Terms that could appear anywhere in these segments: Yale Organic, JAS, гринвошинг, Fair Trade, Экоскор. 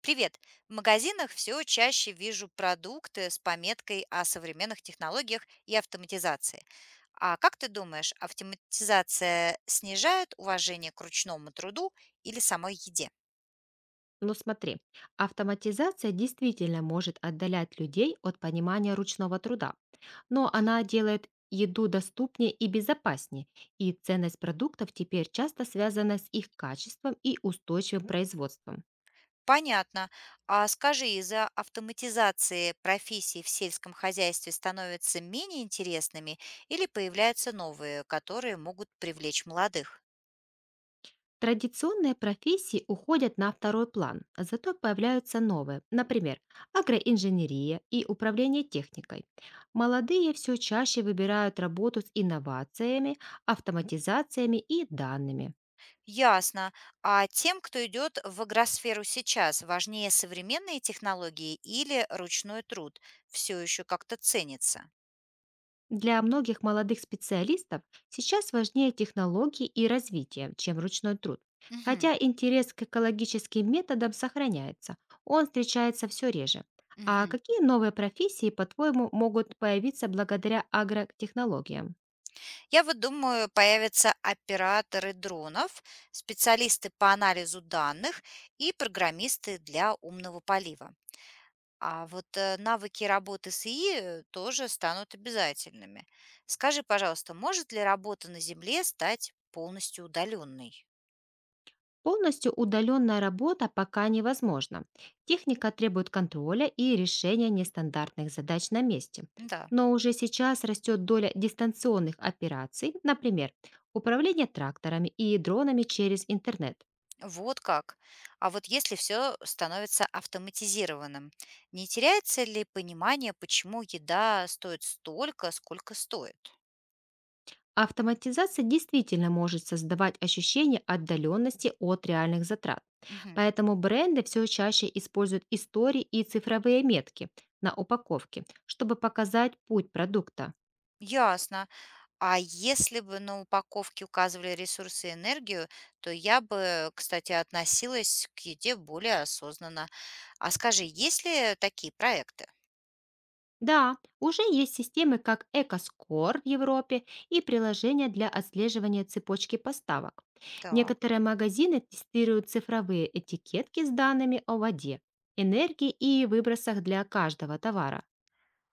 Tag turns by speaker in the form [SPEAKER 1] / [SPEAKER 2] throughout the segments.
[SPEAKER 1] Привет! В магазинах все чаще вижу продукты с пометкой о современных технологиях и автоматизации. А как ты думаешь, автоматизация снижает уважение к ручному труду или самой еде?
[SPEAKER 2] Но смотри, автоматизация действительно может отдалять людей от понимания ручного труда, но
[SPEAKER 1] М,
[SPEAKER 2] она делает еду доступнее и безопаснее, и ценность продуктов теперь часто связана с их качеством и устойчивым производством.
[SPEAKER 1] понятно. А скажи, из-за автоматизации профессии в сельском хозяйстве становятся менее интересными или появляются новые, которые могут привлечь молодых?
[SPEAKER 2] Традиционные профессии уходят на второй план, зато появляются новые, например, агроинженерия и управление техникой. Молодые все чаще выбирают работу с инновациями, автоматизациями и данными.
[SPEAKER 1] Ясно. А тем, кто идет в агросферу сейчас, важнее современные технологии или ручной труд? Все еще как-то ценится.
[SPEAKER 2] Для многих молодых специалистов сейчас важнее технологии и развитие, чем ручной труд.
[SPEAKER 1] Мгм,
[SPEAKER 2] Хотя интерес к экологическим методам сохраняется, он встречается все реже. А
[SPEAKER 1] мгм.
[SPEAKER 2] какие новые профессии, по-твоему, могут появиться благодаря агротехнологиям?
[SPEAKER 1] Я вот думаю, появятся операторы дронов, специалисты по анализу данных и программисты для умного полива. А вот навыки работы с ИИ тоже станут обязательными. Скажи, пожалуйста, может ли работа на Земле стать полностью удаленной?
[SPEAKER 2] Полностью удаленная работа пока невозможна. Техника требует контроля и решения нестандартных задач на месте.
[SPEAKER 1] Да.
[SPEAKER 2] Но уже сейчас растет доля дистанционных операций, например, управление тракторами и дронами через интернет.
[SPEAKER 1] Вот как. А вот если все становится автоматизированным, не теряется ли понимание, почему еда стоит столько, сколько стоит?
[SPEAKER 2] Автоматизация действительно может создавать ощущение отдаленности от реальных затрат.
[SPEAKER 1] Мгм.
[SPEAKER 2] Поэтому бренды все чаще используют истории и цифровые метки на упаковке, чтобы показать путь продукта.
[SPEAKER 1] Ясно. А если бы на упаковке указывали ресурсы и энергию, то я бы, кстати, относилась к еде более осознанно. А скажи, есть ли такие проекты?
[SPEAKER 2] Да, уже есть системы как Экоскор в Европе и приложения для отслеживания цепочки поставок.
[SPEAKER 1] Так.
[SPEAKER 2] Некоторые магазины тестируют цифровые этикетки с данными о воде, энергии и выбросах для каждого товара.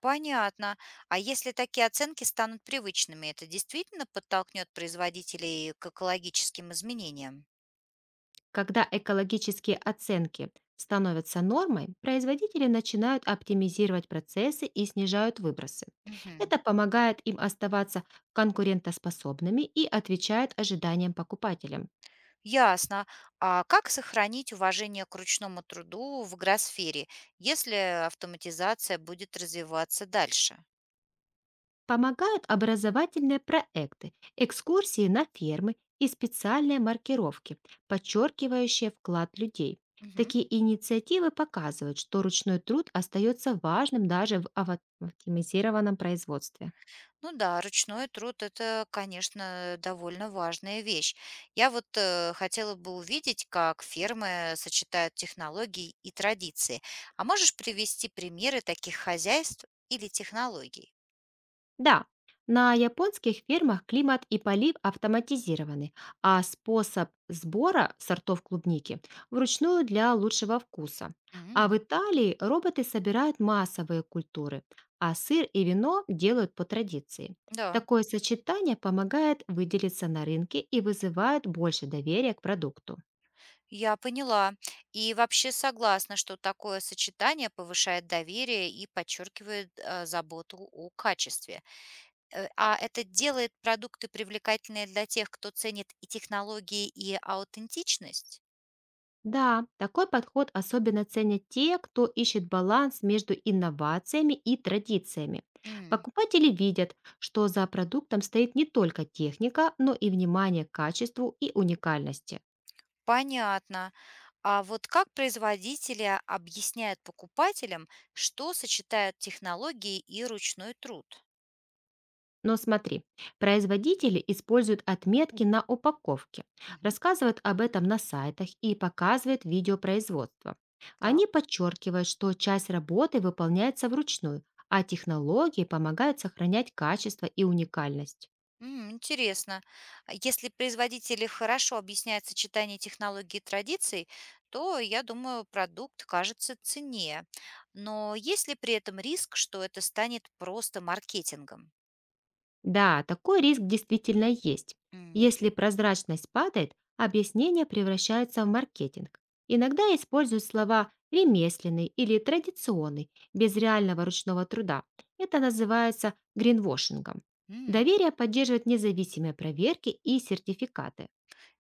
[SPEAKER 1] Понятно. А если такие оценки станут привычными, это действительно подтолкнет производителей к экологическим изменениям?
[SPEAKER 2] Когда экологические оценки становятся нормой, производители начинают оптимизировать процессы и снижают выбросы.
[SPEAKER 1] Мгм.
[SPEAKER 2] Это помогает им оставаться конкурентоспособными и отвечает ожиданиям покупателям.
[SPEAKER 1] Ясно. А как сохранить уважение к ручному труду в гросфере, если автоматизация будет развиваться дальше?
[SPEAKER 2] Помогают образовательные проекты, экскурсии на фермы и специальные маркировки, подчеркивающие вклад людей.
[SPEAKER 1] Мгм.
[SPEAKER 2] Такие инициативы показывают, что ручной труд остается важным даже в автоматизированном производстве.
[SPEAKER 1] Ну да, ручной труд – это, конечно, довольно важная вещь. Я вот хотела бы увидеть, как фермы сочетают технологии и традиции. А можешь привести примеры таких хозяйств или технологий?
[SPEAKER 2] Да, на японских фермах климат и полив автоматизированы, а способ сбора сортов клубники вручную для лучшего вкуса. А
[SPEAKER 1] М,
[SPEAKER 2] в Италии роботы собирают массовые культуры, а сыр и вино делают по традиции.
[SPEAKER 1] да.
[SPEAKER 2] Такое сочетание помогает выделиться на рынке и вызывает больше доверия к продукту.
[SPEAKER 1] Я поняла. И вообще согласна, что такое сочетание повышает доверие и подчеркивает заботу о качестве. А это делает продукты привлекательные для тех, кто ценит и технологии, и аутентичность?
[SPEAKER 2] Да, такой подход особенно ценят те, кто ищет баланс между инновациями и традициями.
[SPEAKER 1] М,
[SPEAKER 2] Покупатели видят, что за продуктом стоит не только техника, но и внимание к качеству и уникальности.
[SPEAKER 1] понятно. А вот как производители объясняют покупателям, что сочетают технологии и ручной труд?
[SPEAKER 2] Но смотри, производители используют отметки на упаковке,
[SPEAKER 1] Мгм.
[SPEAKER 2] рассказывают об этом на сайтах и показывают видео производства.
[SPEAKER 1] Так.
[SPEAKER 2] Они подчеркивают, что часть работы выполняется вручную, а технологии помогают сохранять качество и уникальность.
[SPEAKER 1] М, интересно. А если производители хорошо объясняют сочетание технологий и традиций, то, я думаю, продукт кажется ценнее. Но есть ли при этом риск, что это станет просто маркетингом?
[SPEAKER 2] Да, такой риск действительно есть.
[SPEAKER 1] М,
[SPEAKER 2] Если прозрачность падает, объяснение превращается в маркетинг. Иногда используют слова «ремесленный» или «традиционный» без реального ручного труда. Это называется гринвошингом.
[SPEAKER 1] м,
[SPEAKER 2] Доверие поддерживает независимые проверки и сертификаты.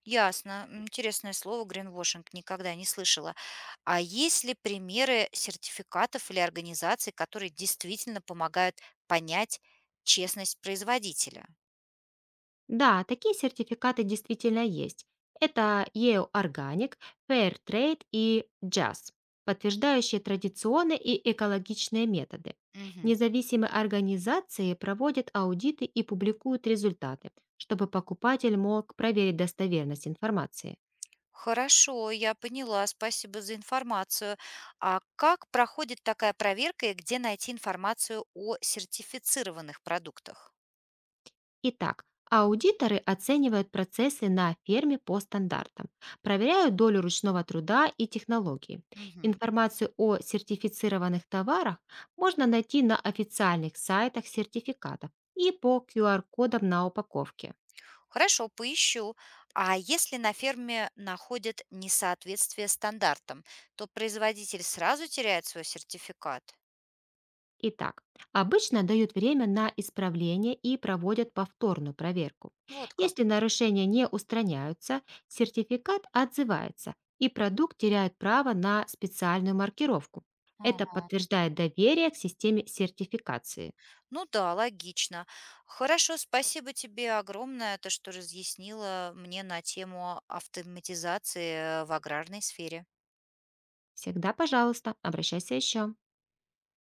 [SPEAKER 1] ясно. М, интересное слово гринвошинг никогда не слышала. А есть ли примеры сертификатов или организаций, которые действительно помогают понять честность производителя?
[SPEAKER 2] Да, такие сертификаты действительно есть. Это Yale Organic, Fair Trade и JAS, подтверждающие традиционные и экологичные методы.
[SPEAKER 1] Мгм.
[SPEAKER 2] Независимые организации проводят аудиты и публикуют результаты, чтобы покупатель мог проверить достоверность информации.
[SPEAKER 1] Хорошо, я поняла. Спасибо за информацию. А как проходит такая проверка и где найти информацию о сертифицированных продуктах?
[SPEAKER 2] Итак, аудиторы оценивают процессы на ферме по стандартам, проверяют долю ручного труда и технологии.
[SPEAKER 1] Мгм.
[SPEAKER 2] Информацию о сертифицированных товарах можно найти на официальных сайтах сертификатов и по QR-кодам на упаковке.
[SPEAKER 1] Хорошо, поищу. А если на ферме находят несоответствие стандартам, то производитель сразу теряет свой сертификат?
[SPEAKER 2] Итак, обычно дают время на исправление и проводят повторную проверку.
[SPEAKER 1] Вот как.
[SPEAKER 2] Если нарушения не устраняются, сертификат отзывается, и продукт теряет право на специальную маркировку. Это
[SPEAKER 1] Ага.
[SPEAKER 2] подтверждает доверие к системе сертификации.
[SPEAKER 1] Ну да, логично. Хорошо, спасибо тебе огромное, то, что разъяснила мне на тему автоматизации в аграрной сфере.
[SPEAKER 2] Всегда, пожалуйста, обращайся еще.